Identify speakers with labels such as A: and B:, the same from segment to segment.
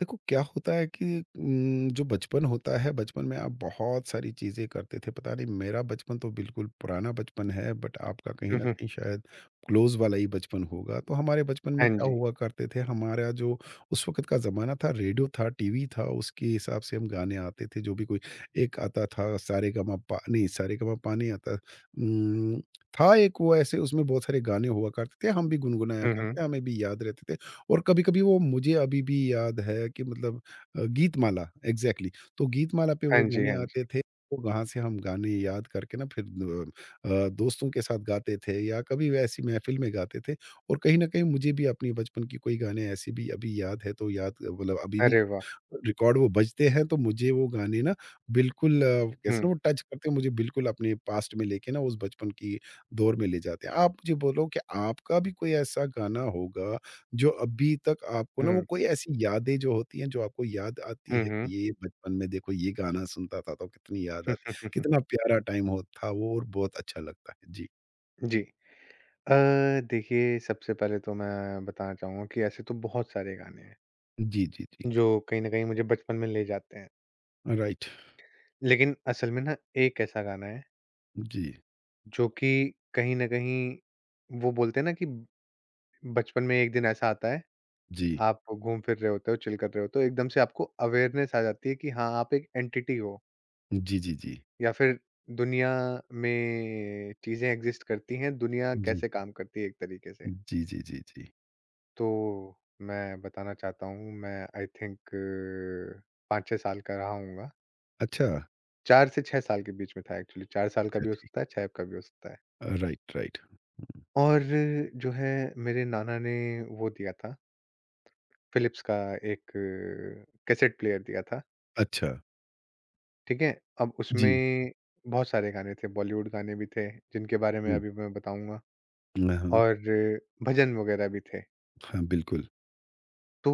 A: देखो क्या होता है कि जो बचपन होता है, बचपन में आप बहुत सारी चीज़ें करते थे। पता नहीं मेरा बचपन तो बिल्कुल पुराना बचपन है बट आपका कहीं
B: हुँ,
A: न
B: हुँ।
A: कहीं शायद क्लोज़ वाला ही बचपन होगा। तो हमारे बचपन में
B: हाँ
A: क्या
B: जी।
A: हुआ करते थे, हमारा जो उस वक़्त का ज़माना था, रेडियो था, टीवी था, उसके हिसाब से हम गाने आते थे। जो भी कोई एक आता था सारेगामापा नहीं सारे गमा पानी आता उम, था एक वो ऐसे उसमें बहुत सारे गाने हुआ करते थे, हम भी गुनगुनाया
B: हुँ, हुँ।
A: करते, हमें भी याद रहते थे। और कभी-कभी वो मुझे अभी भी याद है कि मतलब गीतमाला एग्ज़ैक्टली तो गीतमाला पे
B: हाँ
A: वो
B: जी,
A: गाने
B: हाँ
A: आते
B: जी।
A: थे, वो वहाँ से हम गाने याद करके ना फिर अ, दोस्तों के साथ गाते थे या कभी ऐसी महफ़िल में गाते थे और कहीं न कहीं मुझे भी अपने बचपन की कोई गाने ऐसे भी अभी याद है तो याद मतलब अभी भी
B: अरे वाह!
A: रिकॉर्ड वो बजते हैं तो मुझे वो गाने ना बिल्कुल कैसे
B: हुँ,
A: ना वो टच करते हैं मुझे बिल्कुल अपने पास्ट में लेके ना उस बचपन की दौर में ले जाते हैं। आप मुझे बोलो कि आपका भी कोई ऐसा गाना होगा जो अभी तक आपको ना वो
B: हुँ।
A: कोई ऐसी यादें जो होती हैं जो आपको याद आती
B: हुँ,
A: है
B: हुँ।
A: कि ये बचपन में देखो ये गाना सुनता था तो कितनी याद आती कितना प्यारा टाइम हो था वो और बहुत अच्छा लगता है। जी।
B: जी। देखिए सबसे पहले तो मैं बताना चाहूँगा कि ऐसे तो बहुत सारे गाने हैं,
A: जी, जी, जी।
B: जो कहीं न कहीं मुझे बचपन में ले जाते हैं।
A: राइट।
B: लेकिन असल में ना एक ऐसा गाना है,
A: जी,
B: जो कि कहीं न कहीं वो बोलते हैं ना कि बचपन में एक दिन ऐसा आता है,
A: जी।
B: आप घूम फिर रहे होते हो, चिल कर रहे होते हो, एकदम से आपको अवेयरनेस आ जाती है कि हाँ, आप एक एंटिटी हो।
A: जी, जी, जी।
B: या फिर दुनिया में चीजें एग्जिस्ट करती हैं, दुनिया
A: जी।
B: कैसे काम करती है एक तरीके से।
A: जी, जी, जी, जी।
B: तो मैं बताना चाहता हूँ मैं आई थिंक 5-6 साल का रहा होऊँगा।
A: अच्छा,
B: 4 से 6 साल के बीच में था एक्चुअली 4 साल का
A: अच्छा
B: भी हो सकता
A: ठीक।
B: है, 6 का भी हो सकता है।
A: Right, right.
B: और जो है मेरे नाना ने वो दिया था फिलिप्स का एक कैसेट प्लेयर दिया था,
A: अच्छा।
B: ठीक है? अब
A: जी।
B: उसमें बहुत सारे गाने थे बॉलीवुड गाने भी थे, जिनके बारे में
A: हुँ।
B: अभी मैं बताऊँगा
A: हाँ, हाँ।
B: और भजन वगैरह भी थे।
A: हाँ, बिल्कुल।
B: तो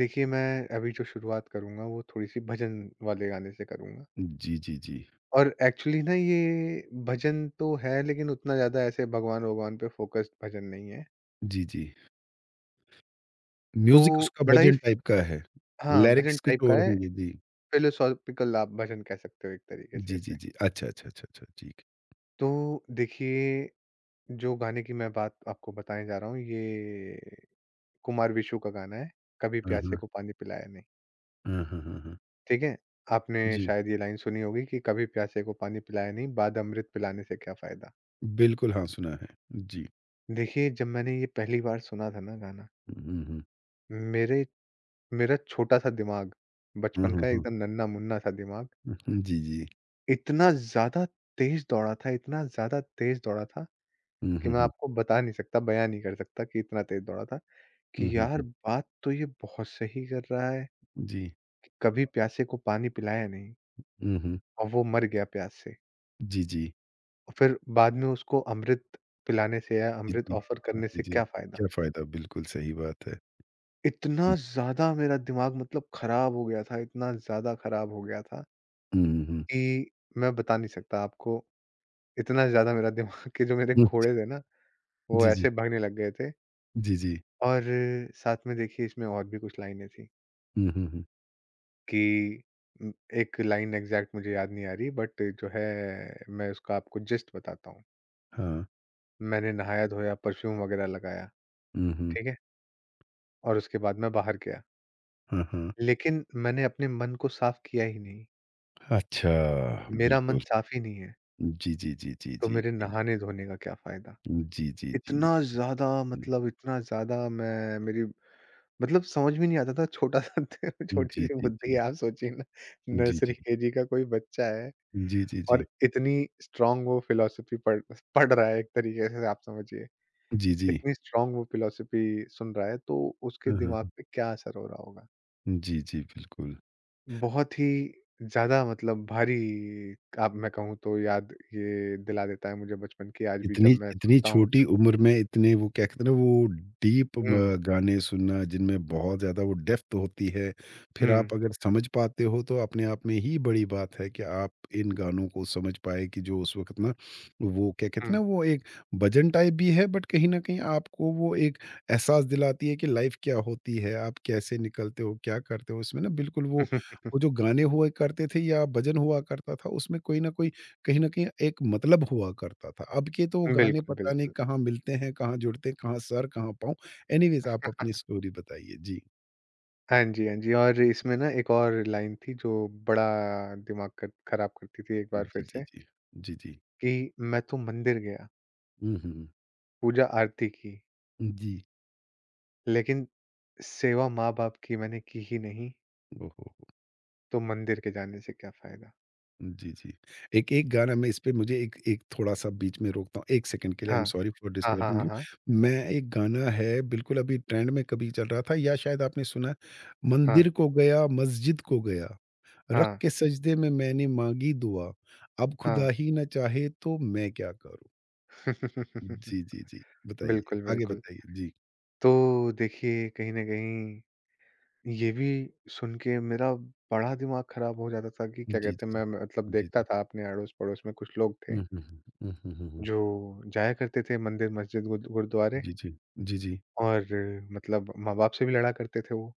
B: देखिए मैं अभी जो शुरुआत करूँगा वो थोड़ी-सी भजन वाले गाने से करूँगा
A: जी, जी, जी।
B: और एक्चुअली ना ये भजन तो है लेकिन उतना ज़्यादा ऐसे भगवान-वगवान पे फ़ोकस्ड भजन नहीं है।
A: जी, जी।
B: तो
A: म्यूज़िक उसका
B: बड़ा ही
A: भजन टाइप का है।
B: हाँ, भजन
A: लिरिक्स
B: टाइप
A: कुछ
B: का
A: और
B: है,
A: होंगे। जी।
B: फिलोसॉफ़िकल आप भजन कह सकते हो एक तरीके से
A: जी, जी,
B: इसे।
A: जी। अच्छा, अच्छा, अच्छा, अच्छा, ठीक है।
B: तो देखिए जो गाने की मैं बात आपको बताने जा रहा हूँ ये कुमार विशु का गाना है, कभी
A: हुँ,
B: प्यासे
A: हुँ।
B: को पानी पिलाया नहीं।
A: हुँ, हुँ, हुँ, हुँ।
B: ठीक है? आपने
A: जी।
B: शायद ये लाइन सुनी होगी कि कभी प्यासे को पानी पिलाया नहीं, बाद अमृत पिलाने से क्या फ़ायदा।
A: बिल्कुल, हाँ, सुना है। जी।
B: देखिए, जब मैंने ये पहली बार सुना था ना गाना,
A: हुँ, हुँ, हुँ।
B: मेरे मेरा छोटा-सा दिमाग,
A: हुँ,
B: बचपन
A: हुँ,
B: का
A: हुँ।
B: एकदम नन्हा-मुन्ना सा दिमाग,
A: हुँ, जी, जी।
B: इतना ज़्यादा तेज़ दौड़ा था, इतना ज़्यादा तेज़ दौड़ा था
A: हुँ,
B: कि
A: हुँ,
B: मैं
A: हुँ।
B: आपको बता नहीं सकता, बयाँ नहीं कर सकता कि इतना तेज़ दौड़ा था
A: हुँ,
B: कि
A: हुँ,
B: यार
A: हुँ।
B: बात तो ये बहुत सही कर रहा है
A: जी।
B: कि कभी प्यासे को पानी पिलाया नहीं
A: हुँ, हुँ।
B: और वो मर गया प्यास से।
A: जी, जी।
B: और फिर बाद में उसको अमृत पिलाने से या
A: जी,
B: अमृत
A: जी।
B: ऑफ़र करने
A: जी,
B: से
A: जी।
B: क्या फ़ायदा?
A: क्या फ़ायदा? बिल्कुल सही बात है। हुँ।
B: इतना ज़्यादा मेरा दिमाग मतलब ख़राब हो गया था, इतना ज़्यादा ख़राब हो गया था
A: हुँ, हुँ, हुँ।
B: कि मैं बता नहीं सकता आपको। इतना ज़्यादा मेरा दिमाग कि जो मेरे
A: हुँ।
B: घोड़े थे ना, वो
A: जी, जी।
B: ऐसे भागने लग गए थे
A: जी, जी।
B: और साथ में देखिए इसमें और भी कुछ लाइनें थी
A: हुँ, हुँ, हुँ।
B: कि उम, एक लाइन एग्ज़ैक्ट मुझे याद नहीं आ रही बट जो है मैं उसका आपको जिस्ट बताता हूँ।
A: हाँ।
B: मैंने नहाया-धोया, परफ्यूम वग़ैरह लगाया,
A: हुँ, हुँ।
B: ठीक है? और उसके बाद मैं बाहर गया।
A: हाँ, हाँ।
B: लेकिन मैंने अपने मन को साफ किया ही नहीं।
A: अच्छा,
B: मेरा मन
A: बिल्कुल।
B: साफ ही नहीं है,
A: जी, जी, जी, जी,
B: तो
A: जी,
B: मेरे
A: जी।
B: नहाने-धोने का क्या फ़ायदा?
A: जी, जी, जी।
B: इतना ज़्यादा मतलब इतना ज़्यादा मैं मेरी मतलब समझ में नहीं आता था छोटा-सा
A: जी,
B: छोटी-सी
A: जी,
B: बुद्धि है
A: जी।
B: आप सोचिए ना,
A: जी,
B: नर्सरी
A: जी।
B: केजी का कोई बच्चा है
A: जी, जी, जी। जी जी
B: और इतनी स्ट्रॉन्ग वो फ़िलॉसफ़ी पढ़ पढ़ रहा है एक तरीके से आप समझिए।
A: जी, जी।
B: इतनी स्ट्रॉन्ग वो फ़िलॉसफ़ी सुन रहा है, तो उसके
A: हाँ, हाँ।
B: दिमाग पे क्या असर हो रहा होगा?
A: हाँ, जी, जी, बिल्कुल।
B: बहुत ही ज़्यादा मतलब भारी आप मैं कहूँ तो याद ये दिला देता है मुझे बचपन की आज भी
A: इतनी
B: जब मैं
A: इतनी
B: सुनता हूँ
A: छोटी
B: उसको।
A: उम्र में इतने वो क्या कहते हैं ना वो डीप म
B: हुँ,
A: गाने सुनना जिनमें बहुत ज़्यादा वो डेप्थ होती है, फिर आप
B: हुँ,
A: अगर समझ पाते हो तो अपने आप में ही बड़ी बात है कि आप इन गानों को समझ पाए कि जो उस वक़्त ना वो क्या कहते
B: हुँ।
A: हैं ना वो एक भजन टाइप भी है बट कहीं न कहीं आपको वो एक एहसास दिलाती है कि लाइफ़ क्या होती है, आप कैसे निकलते हो, क्या करते हो? इसमें ना बिल्कुल वो जो गाने हुआ करते थे या भजन हुआ करता था उसमें कोई न कोई कहीं न कहीं एक मतलब हुआ करता था। अब के तो गाने
B: बिल्कुल,
A: पता नहीं
B: बिल्कुल।
A: कहाँ मिलते हैं, कहाँ जुड़ते हैं, कहाँ सर, कहाँ पाँव। एनीवेज़ आप अपनी स्टोरी बताइए। जी।
B: हाँ जी, हाँ जी और इसमें ना एक और लाइन थी जो बड़ा दिमाग ख खराब करती थी एक बार
A: जी,
B: फिर
A: जी,
B: से
A: जी। जी, जी।
B: कि मैं तो मंदिर गया,
A: हुँ, हुँ।
B: पूजा आरती की,
A: जी।
B: लेकिन सेवा माँ-बाप की मैंने की ही नहीं,
A: ओह हो, हो!
B: तो मंदिर के जाने से क्या फ़ायदा?
A: जी, जी। एक एक गाना मैं इसपे मुझे एक एक थोड़ा-सा बीच में रोकता हूँ। 1 सेकंड के लिए आई एम
B: हाँ।
A: सॉरी फॉर
B: हाँ, हाँ,
A: डिस्टर्बिंग
B: हाँ,
A: यू।
B: हाँ।
A: मैं एक गाना है बिल्कुल अभी ट्रेंड में कभी चल रहा था या शायद आपने सुना है,
B: हाँ,
A: मंदिर को गया, मस्जिद को गया। रख
B: हाँ,
A: के सजदे में मैंने मांगी दुआ अब
B: हाँ।
A: खुदा ही न चाहे तो मैं क्या करूँ? जी, जी, जी। बताइए,
B: बिल्कुल,
A: आगे
B: बिल्कुल।
A: बताइए। जी।
B: तो देखिए, कहीं न कहीं ये भी सुन के मेरा बड़ा दिमाग ख़राब हो जाता था कि क्या
A: जी, जी,
B: कहते हैं,
A: जी।
B: मैं मतलब
A: जी,
B: देखता
A: जी।
B: था अपने अड़ोस-पड़ोस में कुछ लोग थे,
A: हुँ, hmm, hmm. Hmm, hmm, hmm, हुँ।
B: जो जाया करते थे मंदिर, मस्जिद, गुरुद्वारे
A: जी, जी। जी, जी।
B: और मतलब माँ-बाप से भी लड़ा करते थे वो।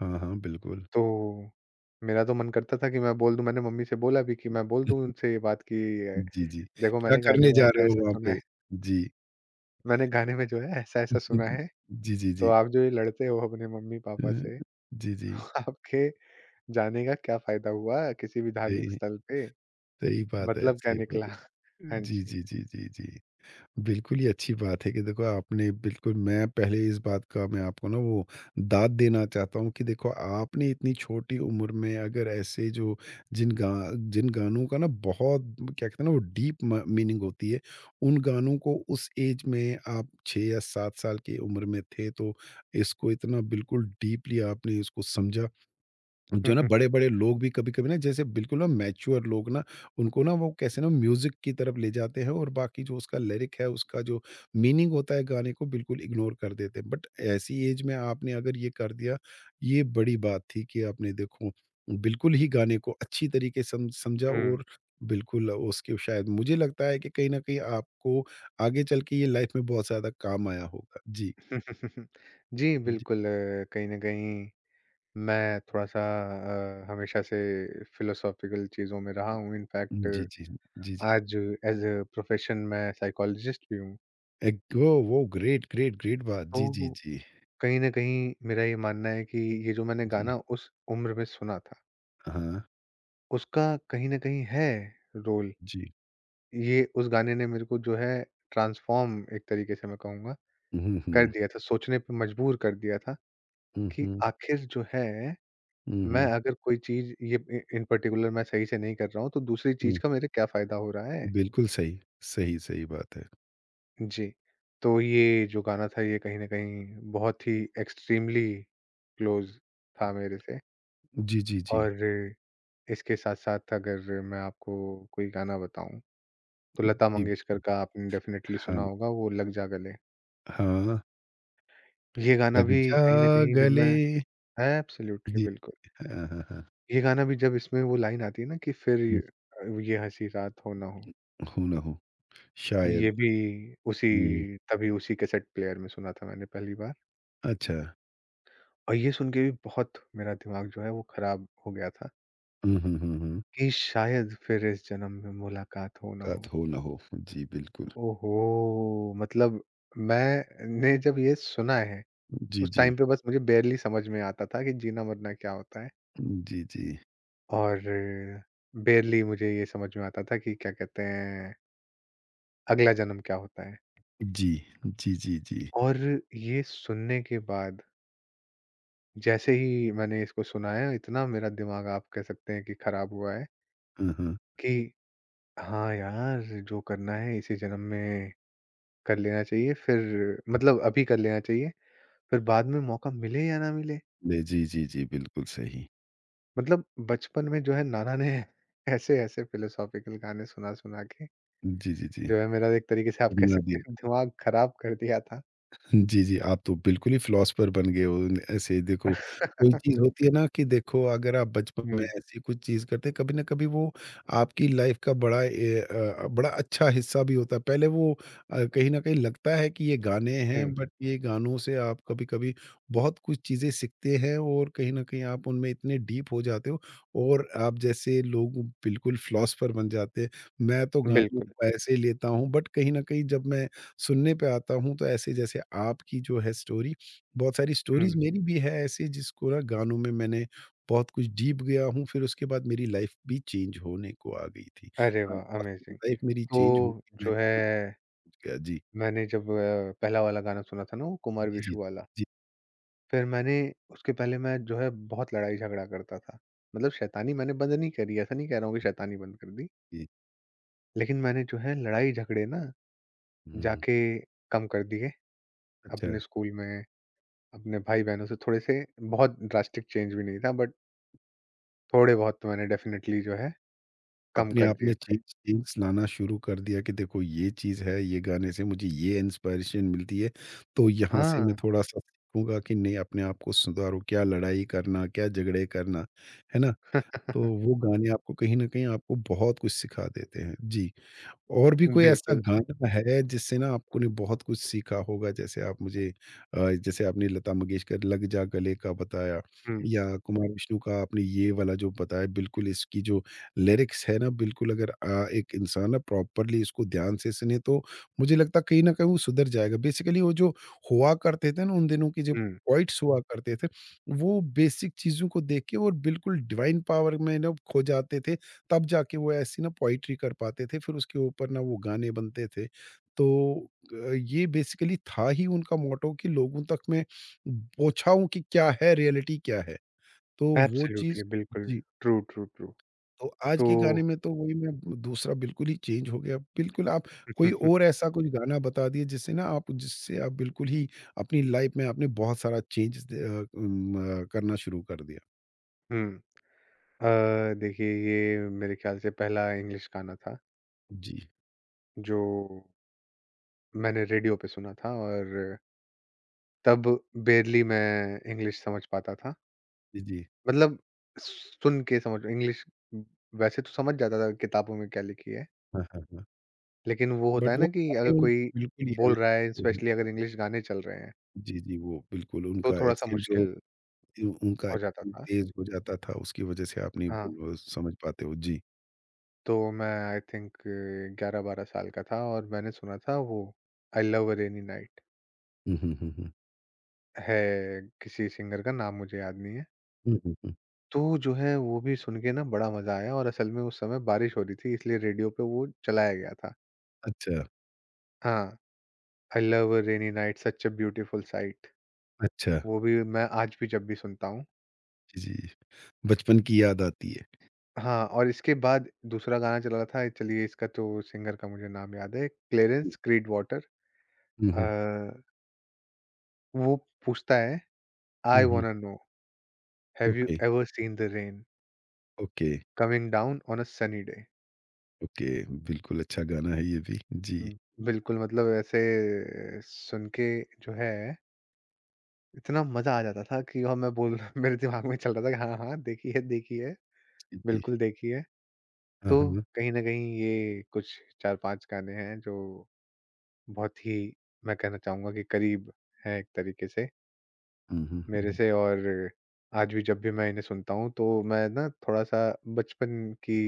A: हाँ, हाँ, बिल्कुल।
B: तो मेरा तो मन करता था कि मैं बोल दूँ मैंने मम्मी से बोला भी कि मैं बोल दूँ उनसे ये बात कि अ,
A: जी, जी।
B: देखो
A: क्या
B: मैंने गाने
A: करने
B: में
A: जा रहे हो
B: ऐसा-ऐसा
A: वहाँ
B: सुना है
A: पे? जी।
B: मैंने गाने में जो है ऐसा-ऐसा सुना
A: जी,
B: है,
A: जी, जी,
B: तो
A: जी।
B: आप जो ये लड़ते हो अपने मम्मी-पापा
A: अ,
B: से,
A: जी, जी।
B: तो आपके जाने का क्या फ़ायदा हुआ किसी भी
A: सही
B: धार्मिक
A: है,
B: स्थल पे?
A: सही बात है,
B: मतलब क्या
A: सही बात
B: निकला?
A: है।
B: हाँ
A: जी,
B: जी।
A: जी, जी, जी, जी। बिल्कुल ही अच्छी बात है कि देखो आपने बिल्कुल मैं पहले इस बात का मैं आपको ना वो दाद देना चाहता हूँ कि देखो आपने इतनी छोटी उम्र में अगर ऐसे जो जिन गा जिन गानों का ना बहुत क्या कहते हैं ना वो डीप मीनिंग होती है उन गानों को उस एज में आप छः या सात साल की उम्र में थे तो इसको इतना बिल्कुल डीपली आपने इसको समझा जो ना बड़े-बड़े लोग भी कभी-कभी ना जैसे बिल्कुल ना मैच्योर लोग ना, उनको ना वो कैसे ना म्यूज़िक की तरफ ले जाते हैं और बाकी जो उसका लिरिक है, उसका जो मीनिंग होता है गाने को बिल्कुल इग्नोर कर देते हैं। बट ऐसी एज में आपने अगर ये कर दिया, ये बड़ी बात थी कि आपने देखो बिल्कुल ही गाने को अच्छी तरीके सम समझा
B: हुँ।
A: और बिल्कुल उसके शायद मुझे लगता है कि कहीं न कहीं आपको आगे चल के ये लाइफ़ में बहुत ज़्यादा काम आया होगा। जी,
B: जी,
A: जी।
B: बिल्कुल कहीं न कहीं मैं थोड़ा-सा हमेशा से फ़िलोसॉफ़िकल चीज़ों में रहा हूँ। इनफ़ैक्ट
A: जी, जी। जी, जी।
B: आज ऐज़ अ प्रोफ़ेशन मैं साइकोलॉजिस्ट भी हूँ।
A: एक ओ वो ग्रेट, ग्रेट, ग्रेट बात। जी, जी,
B: तो
A: जी।
B: कहीं न कहीं मेरा ये मानना है कि ये जो मैंने
A: जी,
B: गाना उस उम्र में सुना था,
A: हाँ,
B: उसका कहीं न कहीं है रोल।
A: जी।
B: ये उस गाने ने मेरे को जो है ट्रांसफ़ॉर्म एक तरीके से मैं कहूँगा
A: हुँ,
B: कर
A: हुँ।
B: दिया था, सोचने पे मजबूर कर दिया था
A: हुँ,
B: कि
A: हुँ।
B: आखिर जो है,
A: हुँ,
B: मैं
A: हुँ,
B: अगर कोई चीज़ ये इ इन पार्टिकुलर मैं सही से नहीं कर रहा हूँ, तो दूसरी
A: हुँ।
B: चीज़ का मेरे क्या फ़ायदा हो रहा है?
A: बिल्कुल सही, सही, सही बात है।
B: जी। तो ये जो गाना था, ये कहीं न कहीं बहुत ही एक्सट्रीमली क्लोज़ था मेरे से
A: जी, जी, जी।
B: और इसके साथ-साथ अगर मैं आपको कोई गाना बताऊँ, तो लता
A: जी,
B: मंगेशकर का आपने डेफ़िनेटली
A: हाँ,
B: सुना होगा, वो लग जा गले।
A: हाँ।
B: ये गाना
A: लग
B: भी
A: जा
B: कहीं न कहीं जब
A: गले
B: मैं एब्सोल्युटली,
A: जी।
B: बिल्कुल।
A: हाँ, हाँ, हाँ।
B: ये गाना भी जब इसमें वो लाइन आती है ना कि फिर
A: हुँ,
B: ये हँसी रात हो ना हो।
A: हो ना हो, शायद।
B: ये भी उसी
A: हुँ,
B: उसी कैसेट प्लेयर में सुना था मैंने पहली बार
A: अच्छा।
B: और ये सुन के भी बहुत मेरा दिमाग जो है वो खराब हो गया था
A: हुँ, हुँ, हुँ, हुँ।
B: कि शायद फिर इस जन्म में मुलाकात हो ना
A: बात
B: हो।
A: हो ना हो। जी, बिल्कुल।
B: ओहो! मतलब मैंने जब ये सुना है,
A: जी,
B: उस
A: जी।
B: टाइम पे बस मुझे बारली समझ में आता था कि जीना-मरना क्या होता है
A: जी, जी।
B: और बारली मुझे ये समझ में आता था कि क्या कहते हैं, अगला जन्म क्या होता है।
A: जी, जी, जी, जी।
B: और ये सुनने के बाद, जैसे ही मैंने इसको सुनाया इतना मेरा दिमाग आप कह सकते हैं कि खराब हुआ है
A: हाँ, हाँ।
B: कि हाँ यार, जो करना है इसी जन्म में कर लेना चाहिए फिर मतलब अभी कर लेना चाहिए, फिर बाद में मौका मिले या ना मिले।
A: ले जी, जी, जी, बिल्कुल सही।
B: मतलब बचपन में जो है नाना ने ऐसे-ऐसे फिलोसॉफ़िकल गाने सुना-सुना के
A: जी, जी, जी।
B: जो है मेरा एक तरीके से आप कह
A: बना
B: सकते
A: दिया।
B: हैं दिमाग खराब कर दिया था।
A: जी, जी, आप तो बिल्कुल ही फिलॉसफर बन गए हो। ऐसे देखो, कोई चीज़ होती है ना कि देखो अगर आप बचपन में
B: हुँ,
A: ऐसी कुछ चीज़ करते हैं, कभी न कभी वो आपकी लाइफ़ का बड़ा बड़ा अच्छा हिस्सा भी होता है। पहले वो कहीं न कहीं लगता है कि ये गाने
B: हुँ,
A: हैं, बट ये गानों से आप कभी-कभी बहुत कुछ चीज़ें सीखते हैं और कहीं न कहीं आप उनमें इतने डीप हो जाते हो और आप जैसे लोग बिल्कुल फिलॉसफर बन जाते हैं। मैं तो गानों
B: बिल्कुल।
A: को ऐसे ही लेता हूँ, बट कहीं न कहीं जब मैं सुनने पे आता हूँ, तो ऐसे जैसे आपकी जो है स्टोरी, बहुत सारी स्टोरीज़
B: हुँ।
A: मेरी भी है ऐसे जिसको ना गानों में मैंने बहुत कुछ डीप गया हूँ, फिर उसके बाद मेरी लाइफ़ भी चेंज होने को आ गई थी।
B: अरे
A: हाँ,
B: वाह!
A: काफ़ी
B: अमेज़िंग।
A: लाइफ़ मेरी
B: तो
A: चेंज हो गई, मैं
B: जो
A: काफ़ी
B: है
A: पहुँच गया। जी।
B: मैंने जब पहला वाला गाना सुना था ना वो कुमार
A: जी, जी।
B: विशु वाला,
A: जी,
B: फिर मैंने उसके पहले मैं जो है बहुत लड़ाई-झगड़ा करता था। मतलब शैतानी मैंने बंद नहीं करी, ऐसा नहीं कह रहा हूँ कि शैतानी बंद कर दी।
A: जी।
B: लेकिन मैंने जो है लड़ाई-झगड़े ना
A: हुँ,
B: जाके कम कर दिए
A: अच्छा।
B: अपने स्कूल में, अपने भाई-बहनों से थोड़े से बहुत ड्रास्टिक चेंज भी नहीं था बट थोड़े बहुत तो मैंने डेफ़िनेटली जो है कम
A: अपने
B: कर
A: आप में
B: दिए थे।
A: चेंज चेंज लाना शुरू कर दिया कि देखो ये चीज़ है, ये गाने से मुझे ये इंस्पिरेशन मिलती है, तो यहाँ से मैं
B: हाँ,
A: थोड़ा-सा सीखूँगा कि नहीं अपने आप को सुधारो, क्या लड़ाई करना, क्या झगड़े करना, है ना? तो वो गाने आपको कहीं न कहीं आपको बहुत कुछ सिखा देते हैं। जी। और भी कोई ऐसा
B: बिल्कुल।
A: गाना है जिससे ना आपको ने बहुत कुछ सीखा होगा? जैसे आप मुझे जैसे आपने लता मंगेशकर "लग जा गले" का बताया
B: हुँ,
A: या कुमार विष्णु का आपने ये वाला जो बताया बिल्कुल इसकी जो लिरिक्स है ना बिल्कुल अगर एक इंसान ना प्रॉपरली इसको ध्यान से सुने तो मुझे लगता है कहीं न कहीं वो सुधर जाएगा। बेसिकली वो जो हुआ करते थे ना उन दिनों के जो
B: हुँ।
A: पोएट्स हुआ करते थे, वो बेसिक चीज़ों को देख के और बिल्कुल डिवाइन पावर में ना खो जाते थे तब जाके वो ऐसी ना पोइट्री कर पाते थे, फिर उसके ऊपर ना वो गाने बनते थे। तो ये बेसिकली था ही उनका मोटो कि लोगों तक मैं पहुँचाऊँ कि क्या है, रियलिटी क्या है। तो वो चीज़
B: एब्सोल्युटली, बिल्कुल।
A: जी,
B: ट्रू, ट्रू, ट्रू।
A: तो आज
B: तो
A: के गाने में तो वही मैं दूसरा बिल्कुल ही चेंज हो गया। बिल्कुल आप कोई और ऐसा कोई गाना बता दिए जिससे ना आप जिससे आप बिल्कुल ही अपनी लाइफ़ में आपने बहुत सारा चेंजेज़ दे अ, उम, अ, करना शुरू कर दिया।
B: हुँ। अ, देखिए ये मेरे ख़्याल से पहला इंग्लिश गाना था,
A: जी,
B: जो मैंने रेडियो पे सुना था और तब बेयरली मैं इंग्लिश समझ पाता था।
A: जी, जी।
B: मतलब सुन के समझ इंग्लिश वैसे तो समझ जाता था किताबों में क्या लिखी है,
A: हाँ, हाँ, हाँ।
B: लेकिन वो होता
A: बट
B: है
A: वो
B: ना कि
A: गाने
B: अगर कोई
A: उनके बिल्कुल ही
B: बोल रहा है
A: अलग
B: स्पेशली अगर इंग्लिश गाने चल रहे हैं,
A: जी, जी, वो बिल्कुल
B: तो
A: उनका
B: थोड़ा-सा
A: एक्सेंट जो
B: मुश्किल
A: उ उनका
B: हो जाता
A: एक्सेंट
B: था।
A: तेज़ हो जाता था, उसकी वजह से आप नहीं बोल
B: हाँ।
A: वो समझ पाते हो। जी।
B: तो मैं आई थिंक 11-12 साल का था और मैंने सुना था वो आई love a rainy night
A: hmm, hmm, hmm, हुँ।
B: है किसी सिंगर का नाम मुझे याद नहीं है।
A: हुँ, हुँ, हुँ।
B: तो जो है वो भी सुन के ना बड़ा मज़ा आया और असल में उस समय बारिश हो रही थी इसलिए रेडियो पे वो चलाया गया था।
A: अच्छा,
B: हाँ, I love a rainy night such a beautiful sight
A: अच्छा।
B: वो भी मैं आज भी जब भी सुनता हूँ।
A: जी, जी। बचपन की याद आती है।
B: हाँ, और इसके बाद दूसरा गाना चला था चलिए इसका तो सिंगर का मुझे नाम याद है Clarence Creed Water
A: hmm, hmm, hmm,
B: uh, वो पूछता है
A: hmm,
B: I
A: hmm.
B: Wanna know. Have you
A: okay,
B: ever seen the rain
A: okay,
B: coming down on a sunny day?
A: Okay. बिल्कुल अच्छा गाना है ये भी। जी,
B: उम, बिल्कुल मतलब ऐसे सुन के जो है इतना मज़ा आ जाता था कि और मैं बोल मेरे दिमाग में चल रहा था कि हाँ, हाँ, देखी है,
A: जी, जी।
B: बिल्कुल देखी है।
A: हाँ,
B: तो
A: हाँ।
B: कहीं न कहीं ये कुछ 4-5 गाने हैं जो बहुत ही मैं कहना चाहूँगा कि करीब हैं एक तरीके से
A: हुँ, हुँ,
B: मेरे
A: हुँ।
B: से और आज भी जब भी मैं इन्हें सुनता हूँ तो मैं ना थोड़ा-सा बचपन की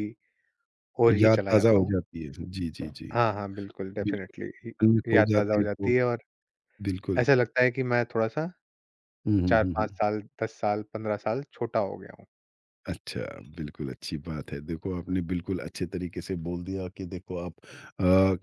B: ओर ही
A: याद
B: चला
A: ताज़ा
B: जाता
A: हो
B: हूँ।
A: जाती है। जी, जी, जी।
B: हाँ, हाँ, बिल्कुल, डेफ़िनेटली इ
A: बिल्कुल, मन में खो
B: याद ताज़ा
A: जाते
B: हो
A: हैं तो
B: जाती है और
A: बिल्कुल।
B: ऐसा लगता है कि मैं थोड़ा-सा
A: हुँ, हुँ, हुँ,
B: 4-5
A: हुँ।
B: साल, 10 साल, 15 साल छोटा हो गया हूँ।
A: अच्छा, बिल्कुल अच्छी बात है। देखो, आपने बिल्कुल अच्छे तरीके से बोल दिया कि देखो आप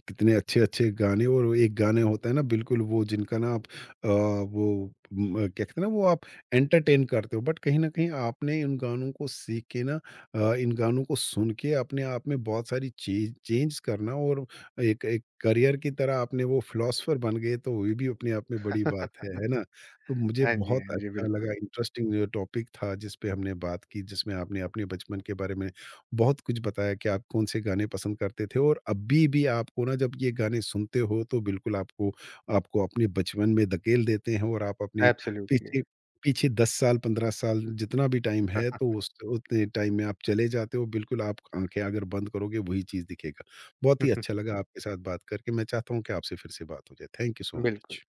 A: कितने अच्छे-अच्छे गाने और वो एक गाने होता है ना बिल्कुल वो जिनका ना आप अ, वो म क्या कहते हैं ना वो आप एंटरटेन करते हो बट कहीं न कहीं आपने इन गानों को सीख के ना इन गानों को सुन के अपने आप में बहुत सारी चीज़ चेंज करना और एक एक करियर की तरह आपने वो फिलॉसफर बन गए तो ये भी अपने आप में बड़ी बात है ना? तो मुझे
B: हाँ जी,
A: बहुत
B: हाँ जी,
A: अच्छा
B: बिल्कुल।
A: लगा, इंटरेस्टिंग जो टॉपिक था जिस पे हमने बात की, जिसमें आपने अपने बचपन के बारे में बहुत कुछ बताया कि आप कौन-से गाने पसंद करते थे और अभी भी आपको ना जब ये गाने सुनते हो तो बिल्कुल आपको आपको अपने बचपन में धकेल देते हैं और आप अपने
B: एब्सोल्यूटली
A: पीछे पीछे 10 साल, 15 साल जितना भी टाइम है तो उस उतने टाइम में आप चले जाते हो, बिल्कुल आप आँखें अगर बंद करोगे वही चीज़ दिखेगा। बहुत ही अच्छा लगा आपके साथ बात करके, मैं चाहता हूँ कि आपसे फिर से बात हो जाए। थैंक यू सो
B: बिल्कुल।
A: मच।